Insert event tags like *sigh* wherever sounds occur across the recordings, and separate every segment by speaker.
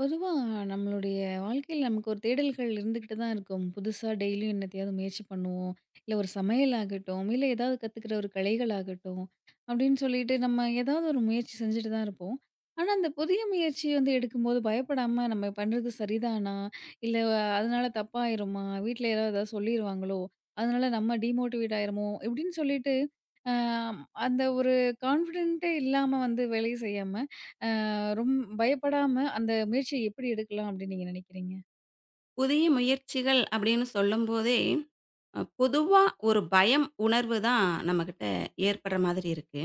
Speaker 1: பொதுவா நம்மளுடைய வாழ்க்கையில நமக்கு ஒரு தேடல்கள் இருந்துகிட்டு தான் இருக்கும். புதுசா டெய்லியும் என்னத்தையாவது முயற்சி பண்ணுவோம். இல்ல ஒரு சமையல் ஆகட்டும், இல்ல ஏதாவது கத்துக்கிற ஒரு கலைகள் ஆகட்டும், அப்படின்னு சொல்லிட்டு நம்ம ஏதாவது ஒரு முயற்சி செஞ்சுட்டு தான் இருப்போம். ஆனா, அந்த புதிய முயற்சி வந்து எடுக்கும்போது பயப்படாம நம்ம பண்றது சரிதானா? இல்ல அதனால தப்பாயிருமா? வீட்ல யாராவது ஏதாவது சொல்லிருவாங்களோ? அதனால நம்ம டிமோட்டிவேட் ஆயிருமோ? இப்படின்னு சொல்லிட்டு, அ அந்த ஒரு கான்ஃபிடென்ட்டே இல்லாம வந்து வேலைய செய்யாம, அ ரொம் பயப்படாம அந்த முயற்சிய எப்படி எடுக்கலாம் அப்படின்னு நீங்க நினைக்கிறீங்க?
Speaker 2: புதிய முயற்சிகள் அப்படின்னு சொல்லும்போதே, பொதுவா ஒரு பயம் உணர்வு தான் நம்மகிட்ட ஏற்படுற மாதிரி இருக்கு.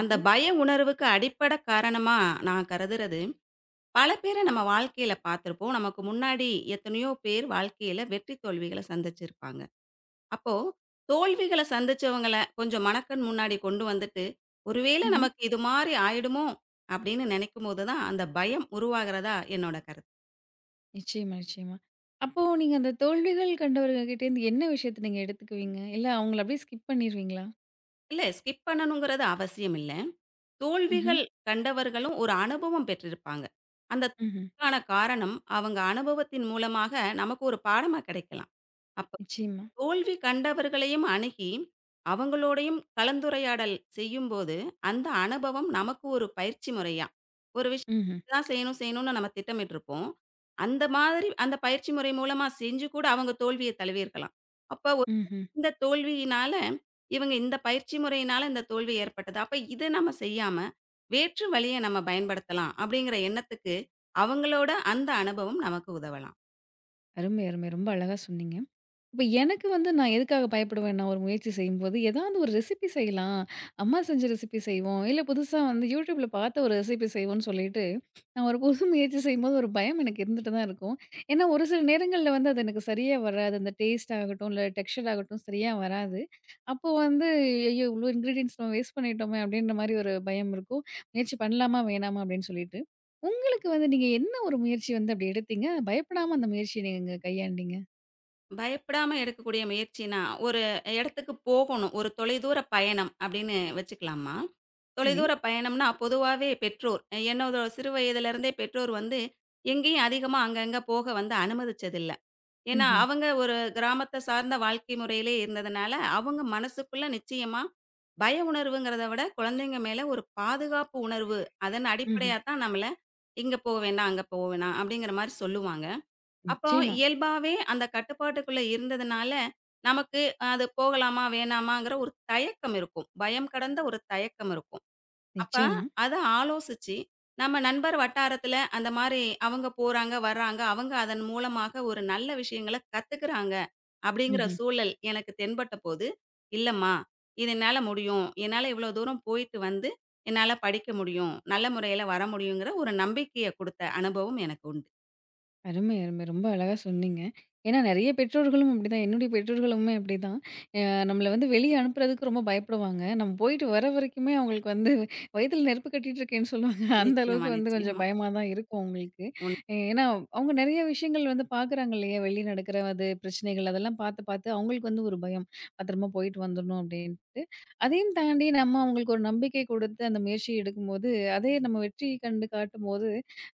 Speaker 2: அந்த
Speaker 1: ம்ஹ்ம்.
Speaker 2: பய உணர்வுக்கு அடிப்பட காரணமா நான் கருதுறது, பல பேர நம்ம வாழ்க்கையில பார்த்திருப்போம். நமக்கு முன்னாடி எத்தனையோ பேர் வாழ்க்கையில வெற்றி, தோல்விகள சந்திச்சிருப்பாங்க. அப்போ தோல்விகள சந்திச்சவங்கள கொஞ்சம் மனக்கண் முன்னாடி கொண்டு வந்துட்டு, "ஒருவேளை
Speaker 1: ம்ஹ்ம்.
Speaker 2: நமக்கு இது மாரி ஆயிடுமோ?" அப்படின்னு நெனைக்கும்போது தான் அந்த பயம் உருவாகிறதா என்னோட கருத்து.
Speaker 1: நிச்சயமா, நிச்சயமா. அப்போ நீங்க அந்த தோல்விகள் கண்டவர்கள்கிட்டேருந்து என்ன விஷயத்த நீங்க எடுத்துக்குவீங்க? இல்ல அவங்கள அப்படியே ஸ்கிப் பண்ணிருவீங்களா?
Speaker 2: இல்ல ஸ்கிப் பண்ணணுங்கிறது அவசியம் இல்ல.
Speaker 1: ம்ஹ்ம்.
Speaker 2: தோல்விகள் கண்டவர்களும் ஒரு அனுபவம் பெற்றிருப்பாங்க. அந்த
Speaker 1: ம்ஹ்ம்.
Speaker 2: தோல்விக்கான காரணம் அவங்க அனுபவத்தின் மூலமாக நமக்கு ஒரு பாடமா கிடைக்கலாம். அப்ப
Speaker 1: நிச்சயமா.
Speaker 2: தோல்வி கண்டவர்களையும் அணுகி, அவங்களோடையும் கலந்துரையாடல் செய்யும்போது, அந்த அனுபவம் நமக்கு ஒரு பயிற்சி முறையா, ஒரு விஷயம்
Speaker 1: ம்ஹ்ம்.
Speaker 2: இதுதான் செய்யணும் செய்யணும்னு நம்ம திட்டமிட்டிருப்போம். அந்த மாதிரி அந்த பயிற்சி முறை மூலமா செஞ்சு கூட அவங்க தோல்விய தழுவியிருக்கலாம். அப்ப
Speaker 1: ம்ஹ்ம்.
Speaker 2: இந்த தோல்வியினால, இவங்க இந்த பயிற்சி முறையினால இந்த தோல்வி ஏற்பட்டது. அப்ப இத நம்ம செய்யாம, வேற்று வழிய நம்ம பயன்படுத்தலாம் அப்படிங்கிற எண்ணத்துக்கு, அவங்களோட அந்த அனுபவம் நமக்கு உதவலாம்.
Speaker 1: அருமை, அருமை. ரொம்ப அழகா சொன்னீங்க. இப்ப எனக்கு வந்து நான் எதுக்காக பயப்படுவேன்னா, ஒரு முயற்சி செய்யும்போது, ஏதாவது ஒரு ரெசிபி செய்யலாம். அம்மா செஞ்ச ரெசிபி செய்வோம். இல்ல புதுசா வந்து YouTubeல பார்த்த ஒரு ரெசிபி செய்வோம்ன்னு சொல்லிட்டு, நான் ஒரு புது முயற்சி செய்யும்போது ஒரு பயம் எனக்கு இருந்துட்டு தான் இருக்கும். ஏன்னா, ஒரு சில நேரங்கள்ல வந்து அது எனக்கு சரியா வராது. அந்த டேஸ்ட் ஆகட்டும், இல்ல டெக்ஸ்சர் ஆகட்டும் சரியா வராது. அப்போ வந்து ஐயோ! இவ்ளோ இன்கிரீடியன்ட்ஸ் நம்ம வேஸ்ட் பண்ணிட்டோமே! அப்டின்ற மாரி ஒரு பயம் இருக்கும். முயற்சி பண்ணலாமா? வேணாமா? அப்டின்னு சொல்லிட்டு. உங்களுக்கு வந்து நீங்க என்ன ஒரு முயற்சி வந்து அப்டி எடுத்தீங்க? பயப்படாம அந்த முயற்சிய நீங்க கையாண்டீங்க?
Speaker 2: பயப்படாம எடுக்கக்கூடிய முயற்சினா, ஒரு இடத்துக்கு போகணும். ஒரு தொலைதூர பயணம் அப்படின்னு வச்சுக்கலாமா?
Speaker 1: சரி.
Speaker 2: தொலைதூர பயணம்னா, பொதுவாவே பெற்றோர் என்னோட சிறு வயதிலிருந்தே பெற்றோர் வந்து, எங்கேயும் அதிகமா அங்கங்க போக வந்து அனுமதிச்சதில்ல. ஏன்னா,
Speaker 1: ம்ஹ்ம்.
Speaker 2: அவங்க ஒரு கிராமத்த சார்ந்த வாழ்க்கை முறையிலே இருந்ததுனால, அவங்க மனசுக்குள்ள நிச்சயமா பய உணர்வுங்கிறத விட, குழந்தைங்க மேல ஒரு பாதுகாப்பு உணர்வு. அதன்
Speaker 1: ம்ஹ்ம்.
Speaker 2: அடிப்படையா தான் நம்மள, "இங்க போ வேண்டாம், அங்க போ வேணாம்" அப்படிங்கிற மாரி சொல்லுவாங்க. அப்போ
Speaker 1: நிச்சயமா,
Speaker 2: இயல்பாவே அந்த கட்டுப்பாட்டுக்குள்ள இருந்ததுனால, நமக்கு அது போகலாமா, வேணாமாங்கிற ஒரு தயக்கம் இருக்கும். பயம் கடந்த ஒரு தயக்கம் இருக்கும். அப்ப
Speaker 1: நிச்சயமா.
Speaker 2: அத ஆலோசிச்சு, நம்ம நண்பர் வட்டாரத்துல அந்த மாரி அவங்க போறாங்க, வர்றாங்க. அவங்க அதன் மூலமாக ஒரு நல்ல விஷயங்கள கத்துக்குறாங்க. அப்படிங்கிற
Speaker 1: ம்ஹ்ம்.
Speaker 2: சூழல் எனக்கு தென்பட்டபோது, "இல்லம்மா, இது என்னால முடியும். என்னால இவ்வளோ தூரம் போயிட்டு வந்து, என்னால படிக்க முடியும். நல்ல முறையில வர முடியுங்கிற ஒரு நம்பிக்கைய குடுத்த அனுபவம் எனக்கு உண்டு.
Speaker 1: அருமை, அருமை. ரொம்ப அழகா சொன்னீங்க. ஏன்னா நெறைய பெற்றோர்களும் அப்படிதான். என்னுடைய பெற்றோர்களுமே அப்படிதான். அ நம்மள வந்து வெளிய அனுப்புறதுக்கு ரொம்ப பயப்படுவாங்க. நம்ம போயிட்டு வர வரைக்குமே அவங்களுக்கு வந்து வயித்துல நெருப்பு கட்டிட்டு இருக்கேன்னு சொல்லுவாங்க. *laughs* அந்த அளவுக்கு
Speaker 2: நிச்சயமா,
Speaker 1: வந்து கொஞ்சம்
Speaker 2: நிச்சயமா.
Speaker 1: பயமா தான் இருக்கும் அவங்களுக்கு.
Speaker 2: உண்
Speaker 1: ஏன்னா அவங்க நெறைய விஷயங்கள் வந்து பார்க்குறாங்க இல்லையா? வெளிய நடக்கிற அது பிரச்சனைகள் அதெல்லாம் பார்த்து, பார்த்து அவங்களுக்கு வந்து ஒரு பயம். பத்திரமா போயிட்டு வந்துடணும் அப்படின்ட்டு. அதையும் தாண்டி நம்ம அவங்களுக்கு ஒரு நம்பிக்கை கொடுத்து அந்த முயற்சி எடுக்கும்போது, அதே நம்ம வெற்றி கண்டு காட்டும்போது,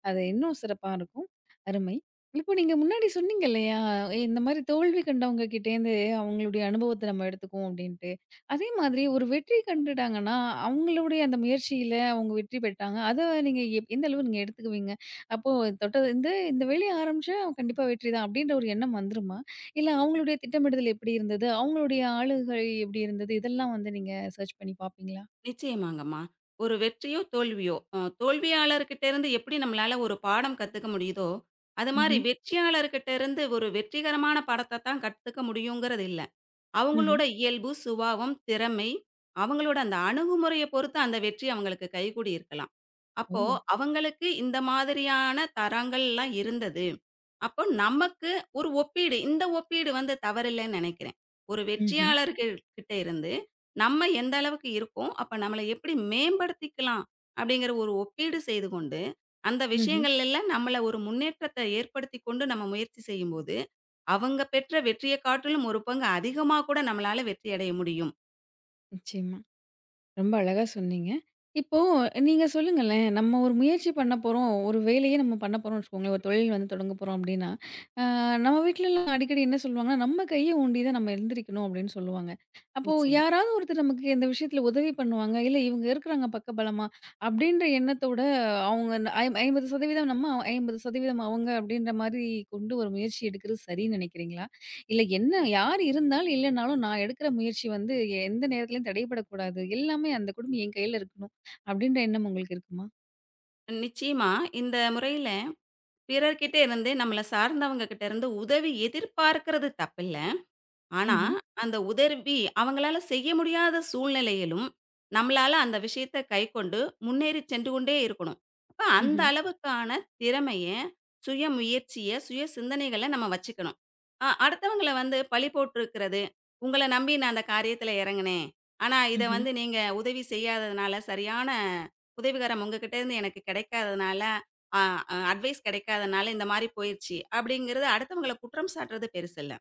Speaker 1: அது இன்னும் சிறப்பா இருக்கும். அருமை. இப்போ நீங்க முன்னாடி சொன்னீங்க இல்லையா, "ஏ, இந்த மாரி தோல்வி கண்டவங்க கிட்டேருந்து அவங்களுடைய அனுபவத்த நம்ம எடுத்துக்குவோம் அப்டின்ட்டு. அதே மாதிரி ஒரு வெற்றி கண்டுட்டாங்கன்னா, அவங்களுடைய அந்த முயற்சியில அவங்க வெற்றி பெற்றாங்க. அத நீங்க எந்த அளவு நீங்க எடுத்துக்குவீங்க? அப்போ தொட்டது இந்த இந்த வேலைய ஆரம்பிச்சா அவங்க கண்டிப்பா வெற்றி தான் அப்டின்ற ஒரு எண்ணம் வந்துருமா? இல்ல அவங்களுடைய திட்டமிடுதல் எப்டி இருந்தது? அவங்களுடைய ஆளுகை எப்டி இருந்தது? இதெல்லாம் வந்து நீங்க சர்ச் பண்ணி பார்ப்பீங்களா?
Speaker 2: நிச்சயமாங்கம்மா. ஒரு வெற்றியோ, தோல்வியோ தோல்வியாளர்கிட்ட இருந்து எப்படி நம்மளால ஒரு பாடம் கத்துக்க முடியுதோ, அது மாரி
Speaker 1: ம்ஹ்ம்,
Speaker 2: வெற்றியாளர்கிட்ட இருந்து ஒரு வெற்றிகரமான பாடத்த தான் கத்துக்க முடியுங்கிறது இல்ல.
Speaker 1: ம்ஹ்ம்.
Speaker 2: அவங்களோட இயல்பு, சுபாவம், திறமை, அவங்களோட அந்த அணுகுமுறைய பொறுத்து அந்த வெற்றி அவங்களுக்கு கைகூடி இருக்கலாம். அப்போ
Speaker 1: ஓ!
Speaker 2: அவங்களுக்கு இந்த மாதிரியான தரங்கள்லாம் இருந்தது. அப்போ நமக்கு ஒரு ஒப்பீடு, இந்த ஒப்பீடு வந்து தவறில்லைன்னு நெனைக்கிறேன். ஒரு
Speaker 1: ம்ஹ்ம்,
Speaker 2: வெற்றியாளர்கள் கிட்ட இருந்து நம்ம எந்த அளவுக்கு இருக்கோம், அப்ப நம்மள எப்படி மேம்படுத்திக்கலாம் அப்படிங்கிற ஒரு ஒப்பீடு செய்து கொண்டு, அந்த
Speaker 1: ம்ஹ்ம்.
Speaker 2: விஷயங்கள்ல எல்லாம் நம்மள ஒரு முன்னேற்றத்த ஏற்படுத்திக் கொண்டு நம்ம முயற்சி செய்யும்போது, அவங்க பெற்ற வெற்றிய காட்டிலும் ஒரு பங்கு அதிகமா கூட நம்மளால வெற்றி அடைய முடியும்.
Speaker 1: நிச்சயமா. ரொம்ப அழகா சொன்னீங்க. இப்போ நீங்க சொல்லுங்களேன், நம்ம ஒரு முயற்சி பண்ண போறோம், ஒரு வேலையே நம்ம பண்ண போறோம்னு வச்சுக்கோங்களேன், ஒரு தொழில் வந்து தொடங்க போறோம் அப்டின்னா, அ நம்ம வீட்லலாம் அடிக்கடி என்ன சொல்லுவாங்கன்னா, "நம்ம கைய ஊண்டி தான் நம்ம எழுந்திரிக்கணும்" அப்டின்னு சொல்லுவாங்க. அப்போ
Speaker 2: நிச்சயம்.
Speaker 1: யாராவது ஒருத்தர் நமக்கு இந்த விஷயத்துல உதவி பண்ணுவாங்க, இல்ல இவங்க இருக்குறாங்க பக்கபலமா அப்டின்ற எண்ணத்தோட அவங்க 50% நம்ம, 50% அவங்க அப்டின்ற மாரி கொண்டு ஒரு முயற்சி எடுக்கிறது சரின்னு நெனைக்கிறீங்களா? இல்ல என்ன யார் இருந்தாலும், இல்லனாலும் நான் எடுக்கிற முயற்சி வந்து எந்த நேரத்திலயும் தடைபடக்கூடாது. எல்லாமே அந்த குடுமி என் கையில இருக்கணும். அப்படின்ற எண்ணம் உங்களுக்கு இருக்குமா?
Speaker 2: நிச்சயமா இந்த முறையில பிறர்கிட்ட இருந்து, நம்மள சார்ந்தவங்க கிட்ட இருந்து உதவி எதிர்பார்க்கிறது தப்பில்ல. ஆனா,
Speaker 1: ம்ஹ்ம்.
Speaker 2: அந்த உதவி அவங்களால செய்ய முடியாத சூழ்நிலையிலும், நம்மளால அந்த விஷயத்த கைக்கொண்டு முன்னேறி சென்று கொண்டே இருக்கணும். அப்ப அந்த
Speaker 1: ம்ஹ்ம்.
Speaker 2: அளவுக்கான திறமைய, சுய முயற்சிய, சுய சிந்தனைகள நம்ம வச்சுக்கணும். அடுத்தவங்கள வந்து பழி போட்டுருக்கிறது, "உங்கள நம்பி நான் அந்த காரியத்துல இறங்குனேன். ஆனா, இத
Speaker 1: ம்ஹ்ம்.
Speaker 2: வந்து நீங்க உதவி செய்யாததுனால, சரியான உதவிகரம் உங்ககிட்ட இருந்து எனக்கு கிடைக்காததுனால, அ அ அட்வைஸ் கிடைக்காதனால இந்த மாரி போயிருச்சு." அப்படிங்கிறது அடுத்தவங்கள குற்றம் சாட்டுறது பெருசல்ல.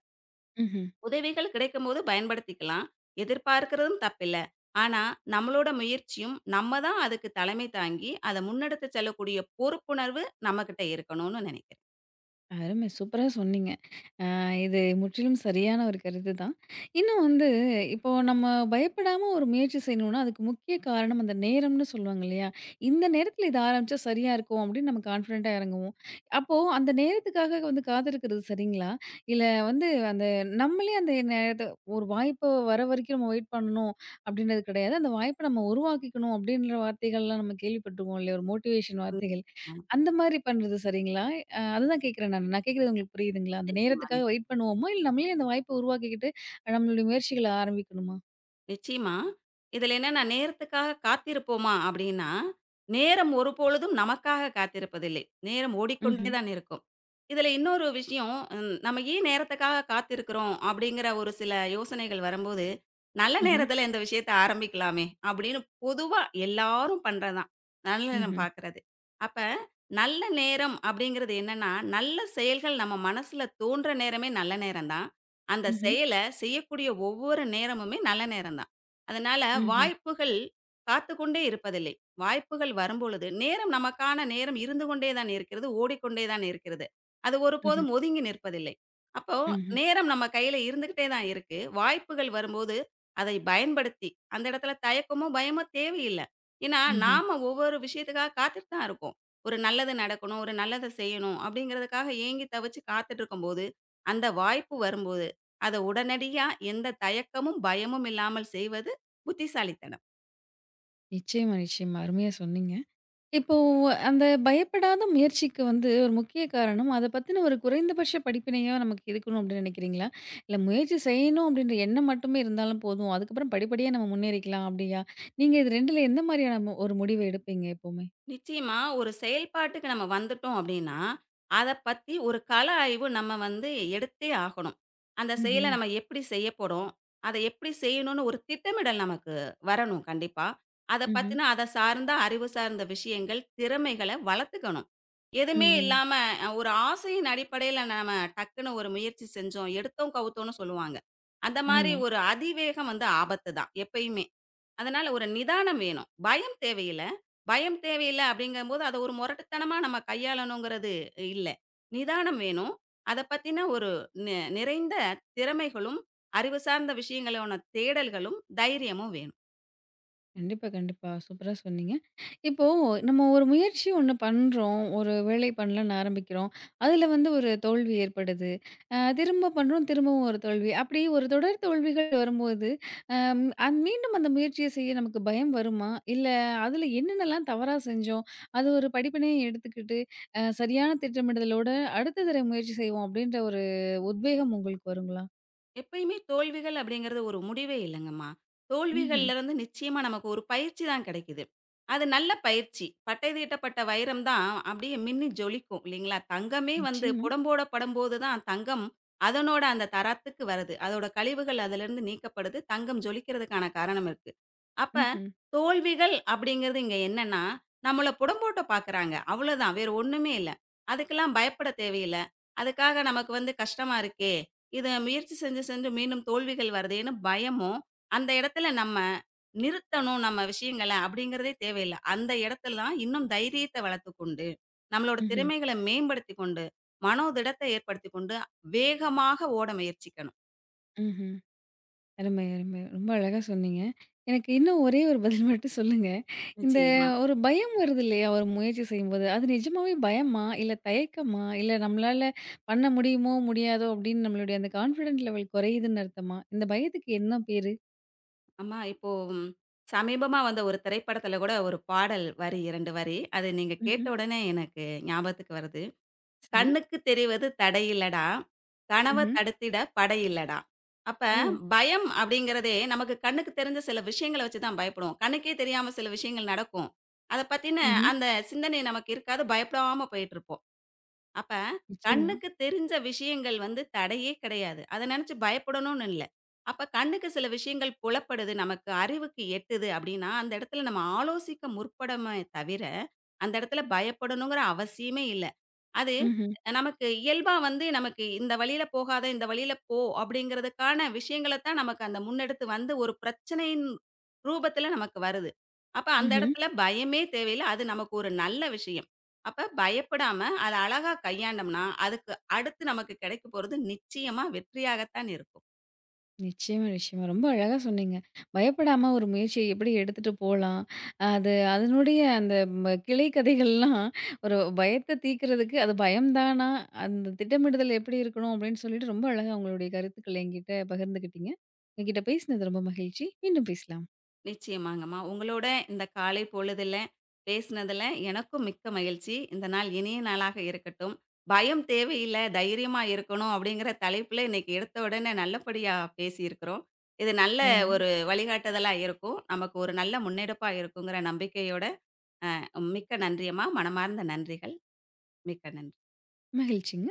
Speaker 1: ம்ஹ்ம்.
Speaker 2: உதவிகள் கிடைக்கும்போது பயன்படுத்திக்கலாம். எதிர்பார்க்கிறதும் தப்பில்ல. ஆனா, நம்மளோட முயற்சியும், நம்ம தான் அதுக்கு தலைமை தாங்கி, அத முன்னெடுத்து செல்லக்கூடிய பொறுப்புணர்வு நம்மகிட்ட இருக்கணும்னு நினைக்கிறேன்.
Speaker 1: அருமை! சூப்பரா சொன்னீங்க. இது முற்றிலும் சரியான ஒரு கருத்து தான். இன்னும் வந்து இப்போ நம்ம பயப்படாம ஒரு முயற்சி செய்யணும்னா, அதுக்கு முக்கிய காரணம் அந்த நேரம்னு சொல்லுவாங்க இல்லையா? இந்த நேரத்தில இத ஆரம்பிச்சா சரியா இருக்கும் அப்படின்னு நம்ம கான்ஃபிடென்ட்டா இறங்குவோம். அப்போ அந்த நேரத்துக்காக வந்து காத்திருக்கிறது சரிங்களா? இல்ல வந்து அந்த நம்மளே அந்த நேரத்த ஒரு வாய்ப்பு வர வரைக்கும் நம்ம வெயிட் பண்ணணும் அப்படின்றது கிடையாது. அந்த வாய்ப்ப நம்ம உருவாக்கிக்கணும் அப்படின்ற வார்த்தைகள்லாம் நம்ம கேள்விப்பட்டுருக்கோம் இல்லையா? ஒரு மோட்டிவேஷன்
Speaker 2: ம்.
Speaker 1: வார்த்தைகள்.
Speaker 2: ஆமா.
Speaker 1: அந்த மாரி பண்றது சரிங்களா? அதுதான் கேட்கிறேன் நானு. நான் கேட்கிறது உங்களுக்கு புரியுதுங்களா? அந்த
Speaker 2: நிச்சயமா,
Speaker 1: நேரத்துக்காக வெயிட்
Speaker 2: நிச்சயமா.
Speaker 1: பண்ணுவோமா? இல்ல நம்மளே அந்த வாய்ப்ப உருவாக்கிக்கிட்டு, நம்மளுடைய முயற்சிகள ஆரம்பிக்கணுமா?
Speaker 2: நிச்சயமா. இதில என்னன்னா, நேரத்துக்காக காத்திருப்போமா அப்படின்னா, நேரம் ஒருபொழுதும் நமக்காக காத்திருப்பதில்லை. நேரம் ஓடிக்கொண்டே
Speaker 1: ம்ஹ்ம்.
Speaker 2: தான் இருக்கும். இதில இன்னொரு விஷயம், நம்ம ஏன் நேரத்துக்காக காத்திருக்கிறோம் அப்படிங்கிற ஒரு சில யோசனைகள் வரும்போது, நல்ல
Speaker 1: ம்ஹ்ம்.
Speaker 2: நேரத்தில இந்த விஷயத்த ஆரம்பிக்கலாமே அப்படின்னு பொதுவா எல்லாரும் பண்றது தான். நல்ல நேரம்
Speaker 1: ம்ஹ்ம்.
Speaker 2: பார்க்கிறது. அப்ப நல்ல நேரம் அப்படிங்கிறது என்னன்னா, நல்ல செயல்கள் நம்ம மனசுல தோன்ற நேரமே நல்ல நேரம் தான். அந்த
Speaker 1: ம்ஹ்ம்.
Speaker 2: செயல செய்யக்கூடிய ஒவ்வொரு நேரமுமே நல்ல நேரம் தான். அதனால
Speaker 1: ம்ஹ்ம்.
Speaker 2: வாய்ப்புகள் காத்துக்கொண்டே இருப்பதில்லை. வாய்ப்புகள் வரும்பொழுது, நேரம் நமக்கான நேரம் இருந்து கொண்டே தான் இருக்கிறது, ஓடிக்கொண்டே தான் இருக்கிறது. அது
Speaker 1: ம்ஹ்ம்.
Speaker 2: ஒருபோதும் ஒதுங்கி நிற்பதில்லை. அப்போ
Speaker 1: ம்ஹ்ம்.
Speaker 2: நேரம் நம்ம கையில இருந்துகிட்டே தான் இருக்கு. வாய்ப்புகள் வரும்போது அதை பயன்படுத்தி, அந்த இடத்துல தயக்கமோ, பயமோ தேவையில்ல. ஏன்னா,
Speaker 1: ம்ஹ்ம்.
Speaker 2: நாம ஒவ்வொரு விஷயத்துக்காக காத்துட்டு தான் இருக்கோம். ஒரு நல்லது நடக்கணும், ஒரு நல்லத செய்யணும் அப்படிங்கிறதுக்காக ஏங்கி தவிச்சு காத்துட்டு இருக்கும்போது, அந்த வாய்ப்பு வரும்போது அத உடனடியா எந்த தயக்கமும், பயமும் இல்லாமல் செய்வது புத்திசாலித்தனம்.
Speaker 1: நிச்சயமா, நிச்சயமா. அருமையா சொன்னீங்க. இப்போ அந்த பயப்படாத முயற்சிக்கு வந்து ஒரு முக்கிய காரணம், அத பத்தின ஒரு குறைந்தபட்ச படிப்பினையா நமக்கு இருக்கணும் அப்டின்னு நெனைக்கிறீங்களா? இல்ல முயற்சி செய்யணும் அப்டின்ற எண்ணம் மட்டுமே இருந்தாலும் போதும். அதுக்கப்புறம் படிப்படியா நம்ம முன்னேறிக்கலாம் அப்டியா? நீங்க இது 2ல எந்த மாரியான ஒரு முடிவு எடுப்பீங்க எப்பவுமே?
Speaker 2: நிச்சயமா ஒரு செயல்பாட்டுக்கு நம்ம வந்துட்டோம் அப்படின்னா, அத பத்தி ஒரு கள ஆய்வு நம்ம வந்து எடுத்தே ஆகணும். அந்த செயல
Speaker 1: ம்ஹ்ம்.
Speaker 2: நம்ம எப்படி செய்யப் போறோம்? அத எப்படி செய்யணும்னு ஒரு திட்டமிடல் நமக்கு வரணும் கண்டிப்பா. அத
Speaker 1: ம்ஹ்ம்.
Speaker 2: பத்தின அத சார்ந்த அறிவு சார்ந்த விஷயங்கள், திறமைகள வளர்த்துக்கணும். எதுவுமே
Speaker 1: ம்ஹ்ம்.
Speaker 2: இல்லாம ஒரு ஆசையின் அடிப்படையில நாம டக்குன்னு ஒரு முயற்சி செஞ்சோம், எடுத்தோம் கவுத்தோம்னு சொல்லுவாங்க. அந்த மாரி
Speaker 1: ஆமா.
Speaker 2: ஒரு அதிவேகம் வந்து ஆபத்து தான் எப்பயுமே. அதனால ஒரு நிதானம் வேணும். பயம் தேவையில்ல. பயம் தேவையில்ல அப்படிங்கும்போது, அத ஒரு முரட்டுத்தனமா நம்ம கையாளணுங்கிறது இல்ல. நிதானம் வேணும். அத பத்தின ஒரு நிறைந்த திறமைகளும், அறிவு சார்ந்த விஷயங்களான தேடல்களும், தைரியமும் வேணும்.
Speaker 1: கண்டிப்பா, கண்டிப்பா. சூப்பரா சொன்னீங்க. இப்போ நம்ம ஒரு முயற்சி ஒண்ணு பண்றோம். ஒரு வேலை பண்ணலான்னு ஆரம்பிக்கிறோம். அதுல வந்து ஒரு தோல்வி ஏற்படுது. திரும்ப பண்றோம். திரும்பவும் ஒரு தோல்வி. அப்படி ஒரு தொடர் தோல்விகள் வரும்போது, மீண்டும் அந்த முயற்சிய செய்ய நமக்கு பயம் வருமா? இல்ல அதுல என்னென்னலாம் தவறா செஞ்சோம்? அது ஒரு படிப்பினையா எடுத்துக்கிட்டு, சரியான திட்டமிடுதலோட அடுத்த தடவை முயற்சி செய்வோம். அப்படின்ற ஒரு உத்வேகம் உங்களுக்கு வருங்களா?
Speaker 2: எப்பயுமே தோல்விகள் அப்படிங்கிறது ஒரு முடிவே இல்லைங்கம்மா.
Speaker 1: ம்ஹ்ம்.
Speaker 2: தோல்விகள்ல இருந்து நிச்சயமா நமக்கு ஒரு பயிற்சி தான் கிடைக்குது. அது நல்ல பயிற்சி. பட்டை தீட்டப்பட்ட வைரம் தான் அப்படியே மின்னி ஜொலிக்கும் இல்லைங்களா? தங்கமே வந்து
Speaker 1: நிச்சயமா.
Speaker 2: புடம்போட படும்போது தான் தங்கம் அதனோட அந்த தரத்துக்கு வருது. அதோட கழிவுகள் அதிலிருந்து நீக்கப்படுது. தங்கம் ஜொலிக்கிறதுக்கான காரணம் இருக்கு. அப்ப
Speaker 1: ம்ஹ்ம்.
Speaker 2: தோல்விகள் அப்படிங்கிறது இங்க என்னன்னா, நம்மள புடம்போட்ட பார்க்குறாங்க. அவ்வளோதான். வேற ஒண்ணுமே இல்ல. அதுக்கெல்லாம் பயப்பட தேவையில்ல. அதுக்காக நமக்கு வந்து கஷ்டமா இருக்கே! இத முயற்சி செஞ்சு, செஞ்சு மீண்டும் தோல்விகள் வருதே! ஏன்னா பயமும், அந்த இடத்துல நம்ம நிறுத்தணும் நம்ம விஷயங்கள அப்படிங்கிறதே தேவையில்ல. அந்த இடத்துல தான் இன்னும் தைரியத்த வளர்த்துக்கொண்டு, நம்மளோட
Speaker 1: ம்ஹ்ம்,
Speaker 2: திறமைகள மேம்படுத்திக் கொண்டு, மனோதிடத்த ஏற்படுத்திக் கொண்டு, வேகமாக ஓட முயற்சிக்கணும்.
Speaker 1: ம்ஹ்ம். அருமை, அருமை. ரொம்ப அழகா சொன்னீங்க. எனக்கு இன்னும் ஒரே ஒரு பதில் மட்டும் சொல்லுங்க. இந்த
Speaker 2: நிச்சயமா.
Speaker 1: ஒரு பயம் வருது இல்லையா? ஒரு முயற்சி செய்யும்போது, அது நிஜமாவே பயமா? இல்ல தயக்கமா? இல்ல நம்மளால பண்ண முடியுமோ, முடியாதோ அப்படின்னு நம்மளுடைய அந்த கான்ஃபிடன்ட் லெவல் குறையுதுன்னு அர்த்தமா? இந்த பயத்துக்கு என்ன பேரு?
Speaker 2: ஆமா இப்போ சமீபமா வந்த ஒரு திரைப்படத்துல கூட ஒரு பாடல் வரி 2 வரி. அது நீங்க கேட்ட
Speaker 1: ம்ஹ்ம்.
Speaker 2: உடனே எனக்கு ஞாபகத்துக்கு வருது.
Speaker 1: சரி.
Speaker 2: கண்ணுக்கு தெரிவது தடையில்லடா, கனவ
Speaker 1: ம்ஹ்ம்.
Speaker 2: தடுத்திட படையில்லடா. அப்ப
Speaker 1: ஓ!
Speaker 2: பயம் அப்படிங்கிறதே நமக்கு கண்ணுக்கு தெரிஞ்ச சில விஷயங்கள வச்சு தான் பயப்படுவோம். கண்ணுக்கே தெரியாம சில விஷயங்கள் நடக்கும். அத பத்தின
Speaker 1: ம்ஹ்ம்.
Speaker 2: அந்த சிந்தனை நமக்கு இருக்காது. பயப்படாம போயிட்டுருப்போம். அப்ப
Speaker 1: நிச்சயமா.
Speaker 2: கண்ணுக்கு தெரிஞ்ச விஷயங்கள் வந்து தடையே கிடையாது. அத நினைச்சு பயப்படணும்னு இல்ல. அப்ப கண்ணுக்கு சில விஷயங்கள் புலப்படுது, நமக்கு அறிவுக்கு எட்டுது அப்படின்னா, அந்த இடத்துல நம்ம ஆலோசிக்க முற்படமே தவிர, அந்த இடத்துல பயப்படணுங்கிற அவசியமே இல்ல. அது
Speaker 1: ம்ஹ்ம்.
Speaker 2: நமக்கு இயல்பா வந்து நமக்கு இந்த வழியில போகாத, இந்த வழியில போ அப்படிங்கிறதுக்கான விஷயங்கள தான் நமக்கு அந்த முன்னெடுத்து வந்து ஒரு பிரச்சனையின் ரூபத்துல நமக்கு வருது. அப்ப அந்த
Speaker 1: ம்ஹ்ம்.
Speaker 2: இடத்துல பயமே தேவையில்ல. அது நமக்கு ஒரு நல்ல விஷயம். அப்ப பயப்படாம அத அழகா கையாண்டோம்னா, அதுக்கு அடுத்து நமக்கு கிடைக்க போறது நிச்சயமா வெற்றியாகத்தான் இருக்கும்.
Speaker 1: நிச்சயமா, நிச்சயமா. ரொம்ப அழகா சொன்னீங்க. பயப்படாம ஒரு முயற்சிய எப்படி எடுத்துட்டு போலாம்? அது அதனுடைய அந்த கிளை கதைகள்லாம் ஒரு பயத்த தீர்க்கிறதுக்கு அது பயம் தானா? அந்த திட்டமிடுதல் எப்படி இருக்கணும்? அப்படின்னு சொல்லிட்டு ரொம்ப அழகா உங்களுடைய கருத்துக்கள என்கிட்ட பகிர்ந்துக்கிட்டீங்க. உங்ககிட்ட பேசினது ரொம்ப மகிழ்ச்சி. மீண்டும் பேசலாம்.
Speaker 2: நிச்சயமாங்கம்மா. உங்களோட இந்த காலை பொழுதுல பேசினதுல எனக்கும் மிக்க மகிழ்ச்சி. இந்த நாள் இனிய நாளாக இருக்கட்டும். "பயம் தேவையில்ல, தைரியமா இருக்கணும்" அப்படிங்கிற தலைப்புல இன்னைக்கு எடுத்த உடனே நல்லபடியா பேசியிருக்கிறோம். இது நல்ல
Speaker 1: அருமை.
Speaker 2: ஒரு வழிகாட்டுதலா இருக்கும். நமக்கு ஒரு நல்ல முன்னெடுப்பா இருக்குங்கிற நம்பிக்கையோட மிக்க நன்றியம்மா. மனமார்ந்த நன்றிகள். மிக்க நன்றி.
Speaker 1: மகிழ்ச்சிங்க.